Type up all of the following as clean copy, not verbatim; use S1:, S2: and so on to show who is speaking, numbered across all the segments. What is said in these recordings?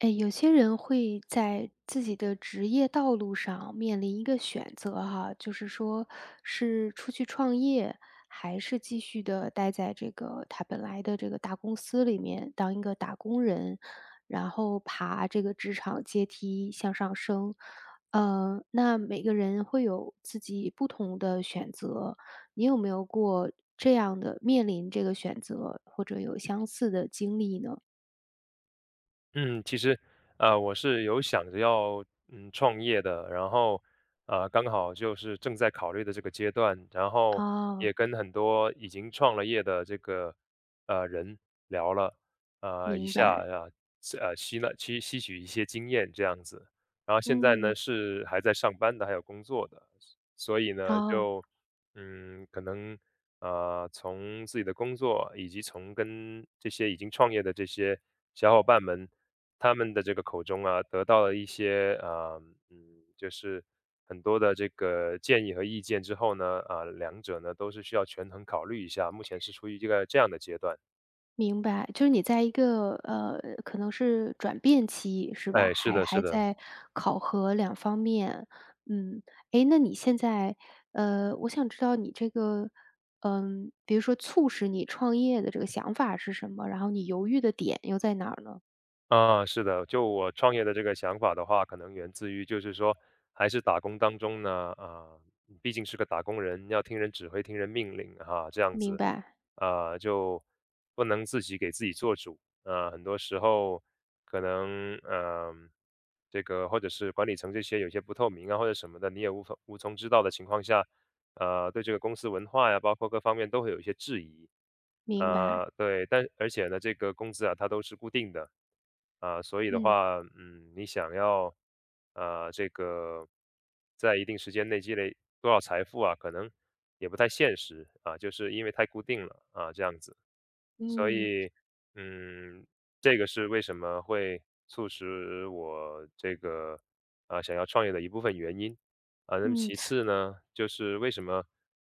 S1: 哎，有些人会在自己的职业道路上面临一个选择哈，就是说是出去创业，还是继续的待在这个他本来的这个大公司里面当一个打工人，然后爬这个职场阶梯向上升。那每个人会有自己不同的选择，你有没有过这样的面临这个选择，或者有相似的经历呢？
S2: 嗯，其实，我是有想着要创业的，然后刚好就是正在考虑的这个阶段，然后
S1: 哦，
S2: 也跟很多已经创了业的这个人聊了一
S1: 明
S2: 下
S1: 白。
S2: 啊吸了吸吸取一些经验这样子，然后现在呢
S1: 嗯，
S2: 是还在上班的，还有工作的，所以呢
S1: 哦，
S2: 就可能。从自己的工作以及从跟这些已经创业的这些小伙伴们他们的这个口中啊，得到了一些啊，就是很多的这个建议和意见之后呢，啊，两者呢都是需要权衡考虑一下，目前是处于一个这样的阶段。
S1: 明白，就是你在一个，可能是转变期，是吧？
S2: 哎，是
S1: 还
S2: 的，是
S1: 还
S2: 的。
S1: 在考核两方面，嗯。诶，那你现在，我想知道你这个，嗯，比如说促使你创业的这个想法是什么？然后你犹豫的点又在哪儿呢？
S2: 啊，是的，就我创业的这个想法的话，可能源自于就是说，还是打工当中呢，啊，毕竟是个打工人，要听人指挥、听人命令哈，这样
S1: 明
S2: 子，
S1: 白，
S2: 啊，就不能自己给自己做主，啊，很多时候可能，这个或者是管理层这些有些不透明啊，或者什么的，你也无从知道的情况下，对这个公司文化呀，包括各方面都会有一些质疑。
S1: 明白，
S2: 对，但而且呢，这个工资啊，它都是固定的，啊、所以的
S1: 嗯。
S2: 话，嗯，你想要，这个在一定时间内积累多少财富啊，可能也不太现实啊，就是因为太固定了啊，这样子。所
S1: 嗯。
S2: 以，嗯，这个是为什么会促使我这个啊、想要创业的一部分原因。啊，那么
S1: 嗯。
S2: 其次呢，就是为什么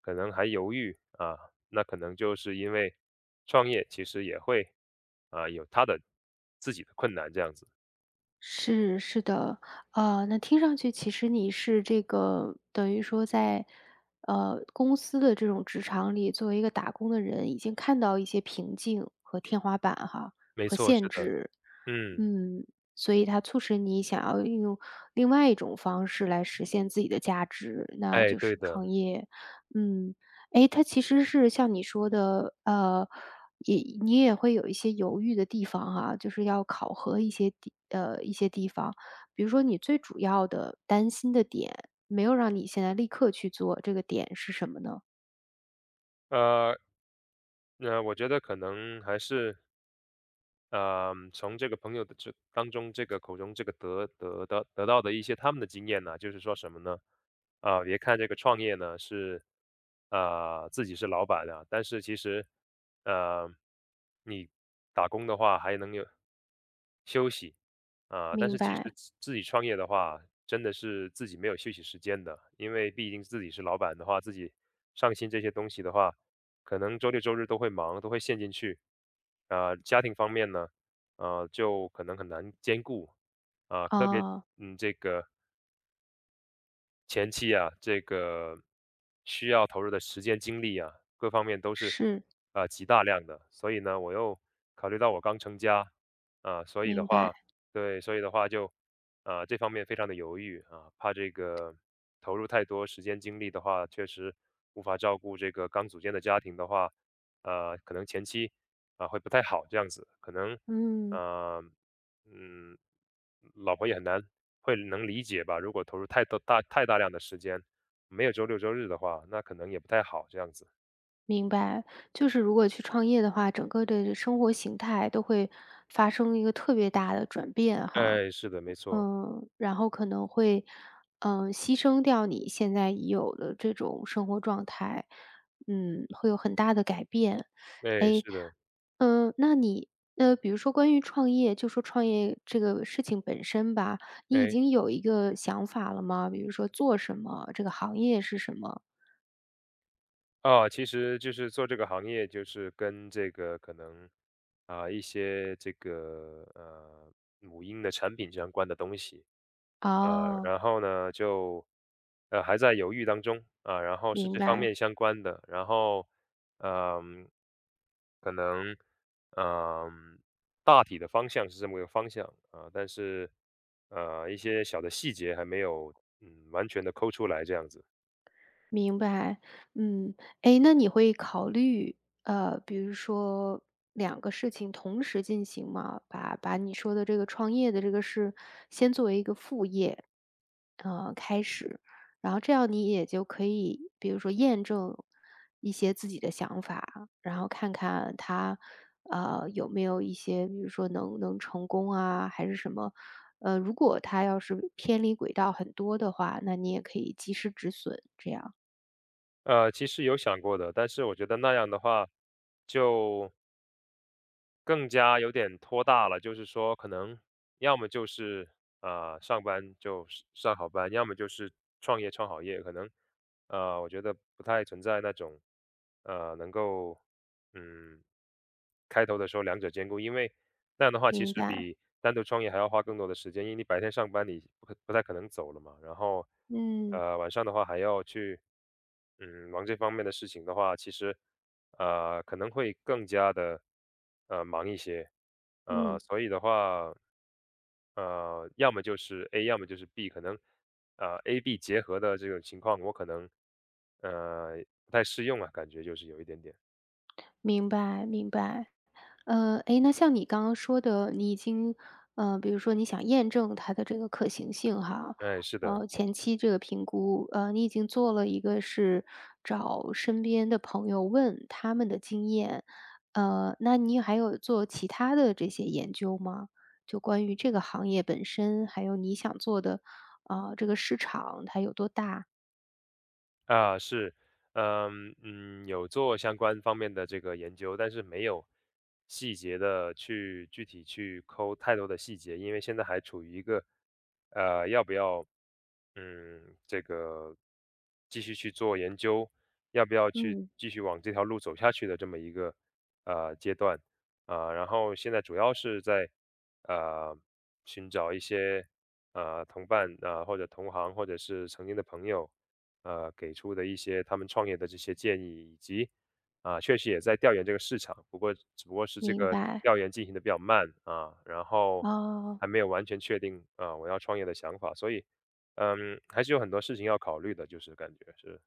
S2: 可能还犹豫啊？那可能就是因为创业其实也会啊有他的自己的困难这样子。
S1: 是，是的，那听上去其实你是这个等于说在，公司的这种职场里，作为一个打工的人，已经看到一些瓶颈和天花板哈，
S2: 没
S1: 和
S2: 错，是
S1: 限
S2: 的，
S1: 制，
S2: 嗯，
S1: 嗯，所以它促使你想要运用另外一种方式来实现自己的价值，那
S2: 哎，
S1: 就
S2: 对
S1: 是创
S2: 的，
S1: 业，嗯，诶，它其实是像你说的，也你也会有一些犹豫的地方哈，就是要考核一些地方。比如说你最主要的担心的点，没有让你现在立刻去做，这个点是什么呢？
S2: 呃，那我觉得可能还是从这个朋友的这当中，这个口中这个得到的一些他们的经验呢，就是说什么呢？啊、别看这个创业呢是，啊自己是老板啊，但是其实，呃，你打工的话还能有休息，啊，但
S1: 明
S2: 是其实
S1: 白，
S2: 自己创业的话，真的是自己没有休息时间的，因为毕竟自己是老板的话，自己上新这些东西的话，可能周六周日都会忙，都会陷进去。啊、家庭方面呢，啊，就可能很难兼顾啊、特别
S1: 啊，
S2: 这个前期啊，这个需要投入的时间、精力啊，各方面都是
S1: 是，
S2: 啊、极大量的。所以呢，我又考虑到我刚成家啊、所以的
S1: 明白，
S2: 话，对，所以的话就啊、这方面非常的犹豫啊，怕这个投入太多时间精力的话，确实无法照顾这个刚组建的家庭的话，可能前期啊、会不太好这样子，可能
S1: 嗯，
S2: 呃嗯，老婆也很难会能理解吧，如果投入太大量的时间，没有周六周日的话，那可能也不太好这样子。
S1: 明白。就是如果去创业的话，整个的生活形态都会发生一个特别大的转变哈。
S2: 哎，是的，没错，
S1: 嗯，然后可能会，嗯，牺牲掉你现在已有的这种生活状态，嗯，会有很大的改变。
S2: 哎，
S1: 哎，
S2: 是的，
S1: 嗯，那你，比如说关于创业，就说创业这个事情本身吧，你已
S2: 哎。
S1: 经有一个想法了吗？比如说做什么，这个行业是什么？
S2: 哦，其实就是做这个行业，就是跟这个可能啊、一些这个母婴的产品相关的东西，
S1: 哦，
S2: 然后呢就还在犹豫当中啊、然后是
S1: 明
S2: 这方
S1: 白。
S2: 面相关的，然后嗯、可能嗯、大体的方向是这么个方向啊、但是一些小的细节还没有完全的抠出来这样子。
S1: 明白，嗯，哎，那你会考虑，比如说两个事情同时进行吗？把你说的这个创业的这个事，先作为一个副业，开始，然后这样你也就可以，比如说验证一些自己的想法，然后看看他，有没有一些，比如说能成功啊，还是什么？如果他要是偏离轨道很多的话，那你也可以及时止损，这样。
S2: 其实有想过的，但是我觉得那样的话，就更加有点拖大了。就是说，可能要么就是啊、上班就上好班，要么就是创业创好业。可能我觉得不太存在那种能够嗯开头的时候两者兼顾，因为那样的话其
S1: 明
S2: 实
S1: 白，
S2: 比单独创业还要花更多的时间，因为你白天上班你不太可能走了嘛，然后，
S1: 嗯
S2: 晚上的话还要去，忙这方面的事情的话，其实，可能会更加的，忙一些，
S1: 嗯，
S2: 所以的话，要么就是 A，要么就是 B，可能，A、B 结合的这种情况，我可能，呃，不太适用啊，感觉就是有一点点，
S1: 明白明白。诶，那像你刚刚说的，你已经，比如说你想验证它的这个可行性哈，
S2: 哎，是的。
S1: 前期这个评估，你已经做了一个是找身边的朋友问他们的经验，那你还有做其他的这些研究吗？就关于这个行业本身，还有你想做的，啊、这个市场它有多大？
S2: 啊，是，有做相关方面的这个研究，但是没有细节的去具体去抠太多的细节，因为现在还处于一个要不要这个继续去做研究，要不要去
S1: 嗯，
S2: 继续往这条路走下去的这么一个阶段啊，然后现在主要是在呃寻找一些同伴啊，或者同行或者是曾经的朋友。给出的一些他们创业的这些建议，以及啊，确实也在调研这个市场，不过只不过是这
S1: 明
S2: 个
S1: 白，
S2: 调研进行的比较慢啊，然后
S1: 哦。
S2: 还没有完全确定啊我要创业的想法，所以还是有很多事情要考虑的，就是感觉是。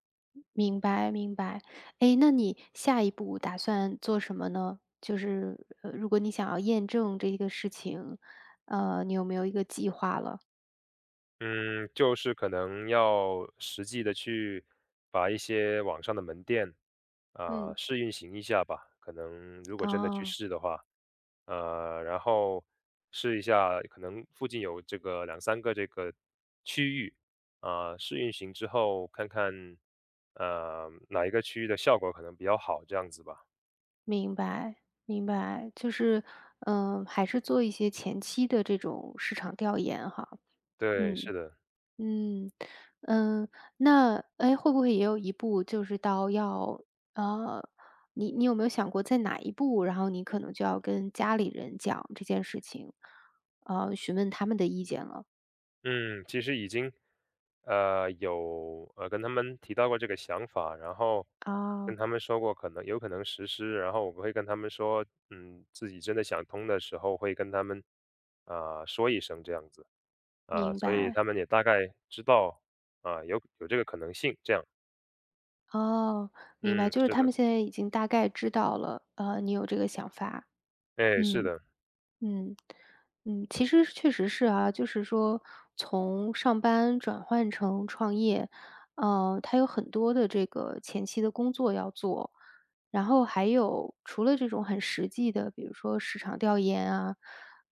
S1: 明白明白。哎，那你下一步打算做什么呢？就是，如果你想要验证这个事情，你有没有一个计划了？
S2: 嗯，就是可能要实际的去把一些网上的门店，啊，
S1: 嗯。
S2: 试运行一下吧。可能如果真的去
S1: 哦，
S2: 试的话，然后试一下，可能附近有这个两三个这个区域，啊，试运行之后看看，哪一个区域的效果可能比较好，这样子吧。
S1: 明白明白，就是，嗯，还是做一些前期的这种市场调研哈，
S2: 对，
S1: 嗯。
S2: 是的。
S1: 嗯，嗯，那哎，会不会也有一步就是到要呃，你有没有想过在哪一步，然后你可能就要跟家里人讲这件事情，询问他们的意见了？
S2: 嗯，其实已经，有跟他们提到过这个想法，然后跟
S1: 哦，
S2: 他们说过可能有可能实施，然后我会跟他们说，嗯，自己真的想通的时候会跟他们啊、说一声这样子啊、
S1: 明
S2: 所以他
S1: 白。
S2: 们也大概知道啊、有这个可能性，这样，
S1: 哦，明白，
S2: 嗯，
S1: 就是
S2: 是
S1: 他
S2: 的，
S1: 们现在已经大概知道了，你有这个想法，
S2: 哎，是
S1: 嗯。
S2: 的，
S1: 嗯，嗯，其实确实是啊，就是说从上班转换成创业，它有很多的这个前期的工作要做，然后还有除了这种很实际的，比如说市场调研啊，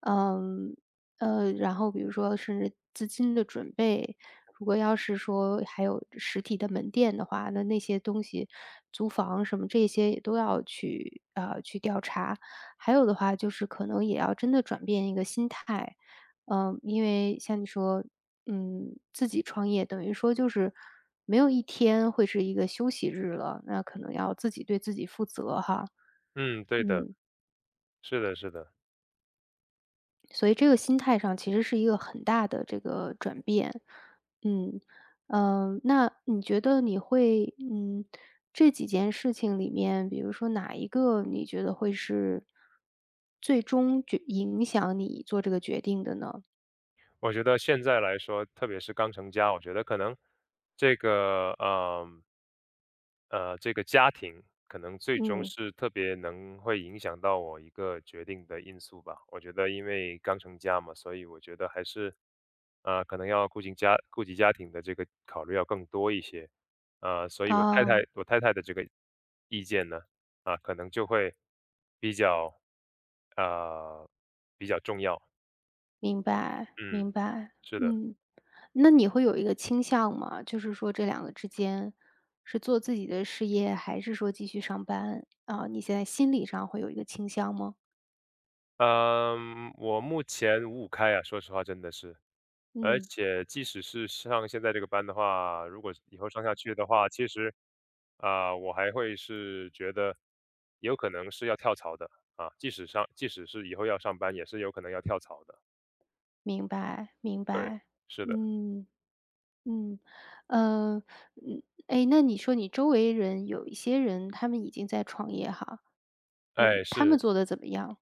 S1: 嗯，然后比如说甚至资金的准备，如果要是说还有实体的门店的话，那那些东西，租房什么这些也都要去啊、去调查。还有的话就是可能也要真的转变一个心态，嗯，因为像你说，嗯，自己创业等于说就是没有一天会是一个休息日了，那可能要自己对自己负责哈，
S2: 嗯，对的，
S1: 嗯。
S2: 是的，是的。
S1: 所以这个心态上其实是一个很大的这个转变。嗯，那你觉得你会嗯，这几件事情里面，比如说哪一个你觉得会是最终决影响你做这个决定的呢？
S2: 我觉得现在来说，特别是刚成家，我觉得可能这个，这个家庭可能最终
S1: 嗯，
S2: 是特别能会影响到我一个决定的因素吧。我觉得因为刚成家嘛，所以我觉得还是，可能要顾及家庭的这个考虑要更多一些。所以
S1: 啊，
S2: 我太太的这个意见呢，啊，可能就会比较，呃，比较重要。
S1: 明白
S2: 嗯，
S1: 明白，
S2: 是的，
S1: 嗯。那你会有一个倾向吗？就是说这两个之间，是做自己的事业，还是说继续上班？啊，你现在心理上会有一个倾向吗？
S2: 嗯，我目前五五开啊，说实话真的是。而
S1: 嗯，
S2: 且即使是上现在这个班的话，如果以后上下去的话，其实，啊、我还会是觉得有可能是要跳槽的啊。即使是以后要上班，也是有可能要跳槽的。
S1: 明白明
S2: 对，
S1: 白。
S2: 是的，
S1: 嗯嗯，呃，嗯，哎，那你说你周围人有一些人他们已经在创业哈，嗯，
S2: 哎，
S1: 他们
S2: 是。
S1: 做的怎么样？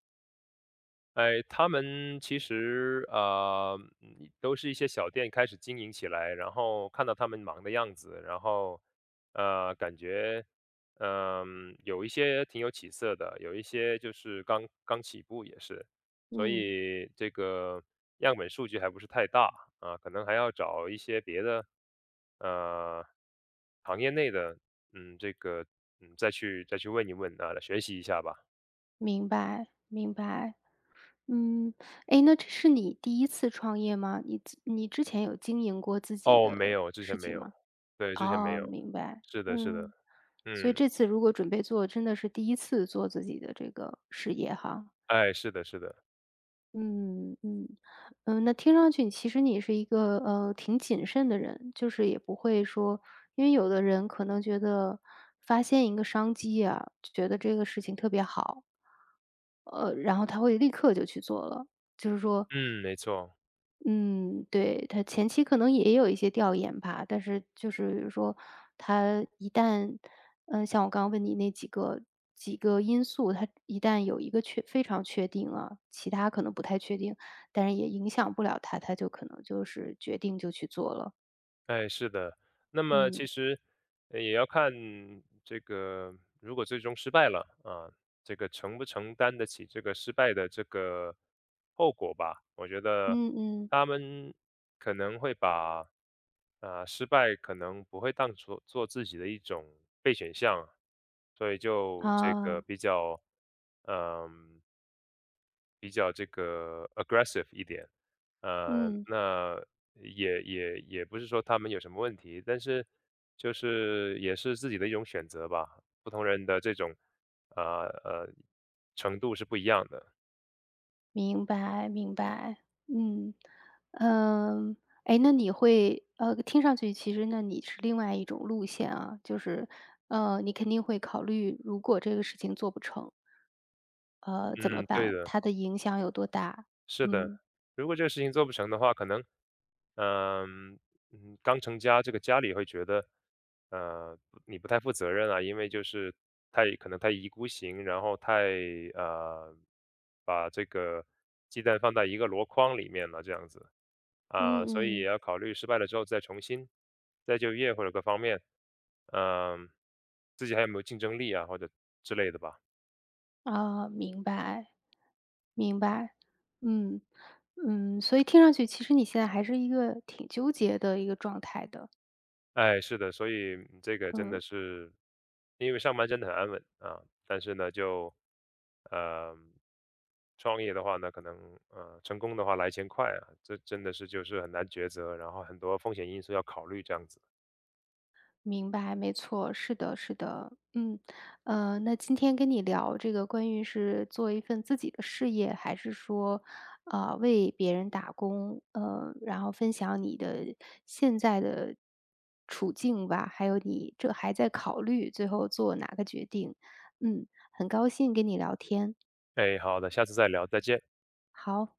S2: 哎，他们其实啊、都是一些小店开始经营起来，然后看到他们忙的样子，然后感觉有一些挺有起色的，有一些就是刚刚起步也是，所
S1: 嗯，
S2: 以这个样本数据还不是太大啊，可能还要找一些别的呃行业内的，这个再去问一问啊，来学习一下吧。
S1: 明白明白。嗯，哎，那这是你第一次创业吗？你之前有经营过自己
S2: 哦，没
S1: 的
S2: 有，之前
S1: 事
S2: 没
S1: 情
S2: 有。对，之前没
S1: 哦，
S2: 有。
S1: 明白，
S2: 是的是的。
S1: 嗯，所以
S2: 嗯，
S1: 这次如果准备做，真的是第一次做自己的这个事业哈。
S2: 哎，是的是的。
S1: 嗯嗯，嗯，那听上去其实你是一个挺谨慎的人，就是也不会说，因为有的人可能觉得发现一个商机啊，就觉得这个事情特别好，然后他会立刻就去做了，就是说
S2: 嗯，没错。
S1: 嗯，对，他前期可能也有一些调研吧，但是就是说，他一旦，嗯，像我刚刚问你那几个因素，他一旦有一个非常确定啊，其他可能不太确定，但是也影响不了他，他就可能就是决定就去做了。
S2: 哎，是的。那么
S1: 嗯
S2: 其实，也要看这个，如果最终失败了啊，这个承不承担得起这个失败的这个后果吧。我觉得
S1: 嗯嗯，
S2: 他们可能会把，啊，失败可能不会当做自己的一种备选项啊，所以就这个
S1: 啊，
S2: 比较，嗯、比较这个 aggressive 一点，
S1: 嗯。
S2: 那也不是说他们有什么问题，但是就是也是自己的一种选择吧，不同人的这种呃呃程度是不一样的。
S1: 明白明白，嗯，嗯，哎，那你会听上去其实那你是另外一种路线啊，就是，你肯定会考虑，如果这个事情做不成，怎么
S2: 嗯，对
S1: 办？
S2: 的。
S1: 它的影响有多大？
S2: 是的，
S1: 嗯，
S2: 如果这个事情做不成的话，可能，嗯刚成家，这个家里会觉得，呃，你不太负责任啊，因为就是太可能太一意孤行，然后太呃，把这个鸡蛋放在一个箩筐里面了这样子
S1: 嗯
S2: 啊，所以也
S1: 嗯，
S2: 要考虑失败了之后再重新再就业或者各方面，嗯，自己还有没有竞争力啊，或者之类的吧。
S1: 啊，明白明白，嗯嗯，所以听上去其实你现在还是一个挺纠结的一个状态的，
S2: 哎，是的，所以这个真
S1: 嗯。
S2: 的是，因为上班真的很安稳啊，但是呢，就，呃，创业的话呢，可能成功的话来钱快啊，这真的是就是很难抉择，然后很多风险因素要考虑这样子。
S1: 明白，没错，是的，是的，嗯，那今天跟你聊这个关于是做一份自己的事业，还是说，为别人打工，然后分享你的现在的处境吧，还有你这还在考虑最后做哪个决定，嗯，很高兴跟你聊天，
S2: 哎，好的，下次再聊，再见。
S1: 好。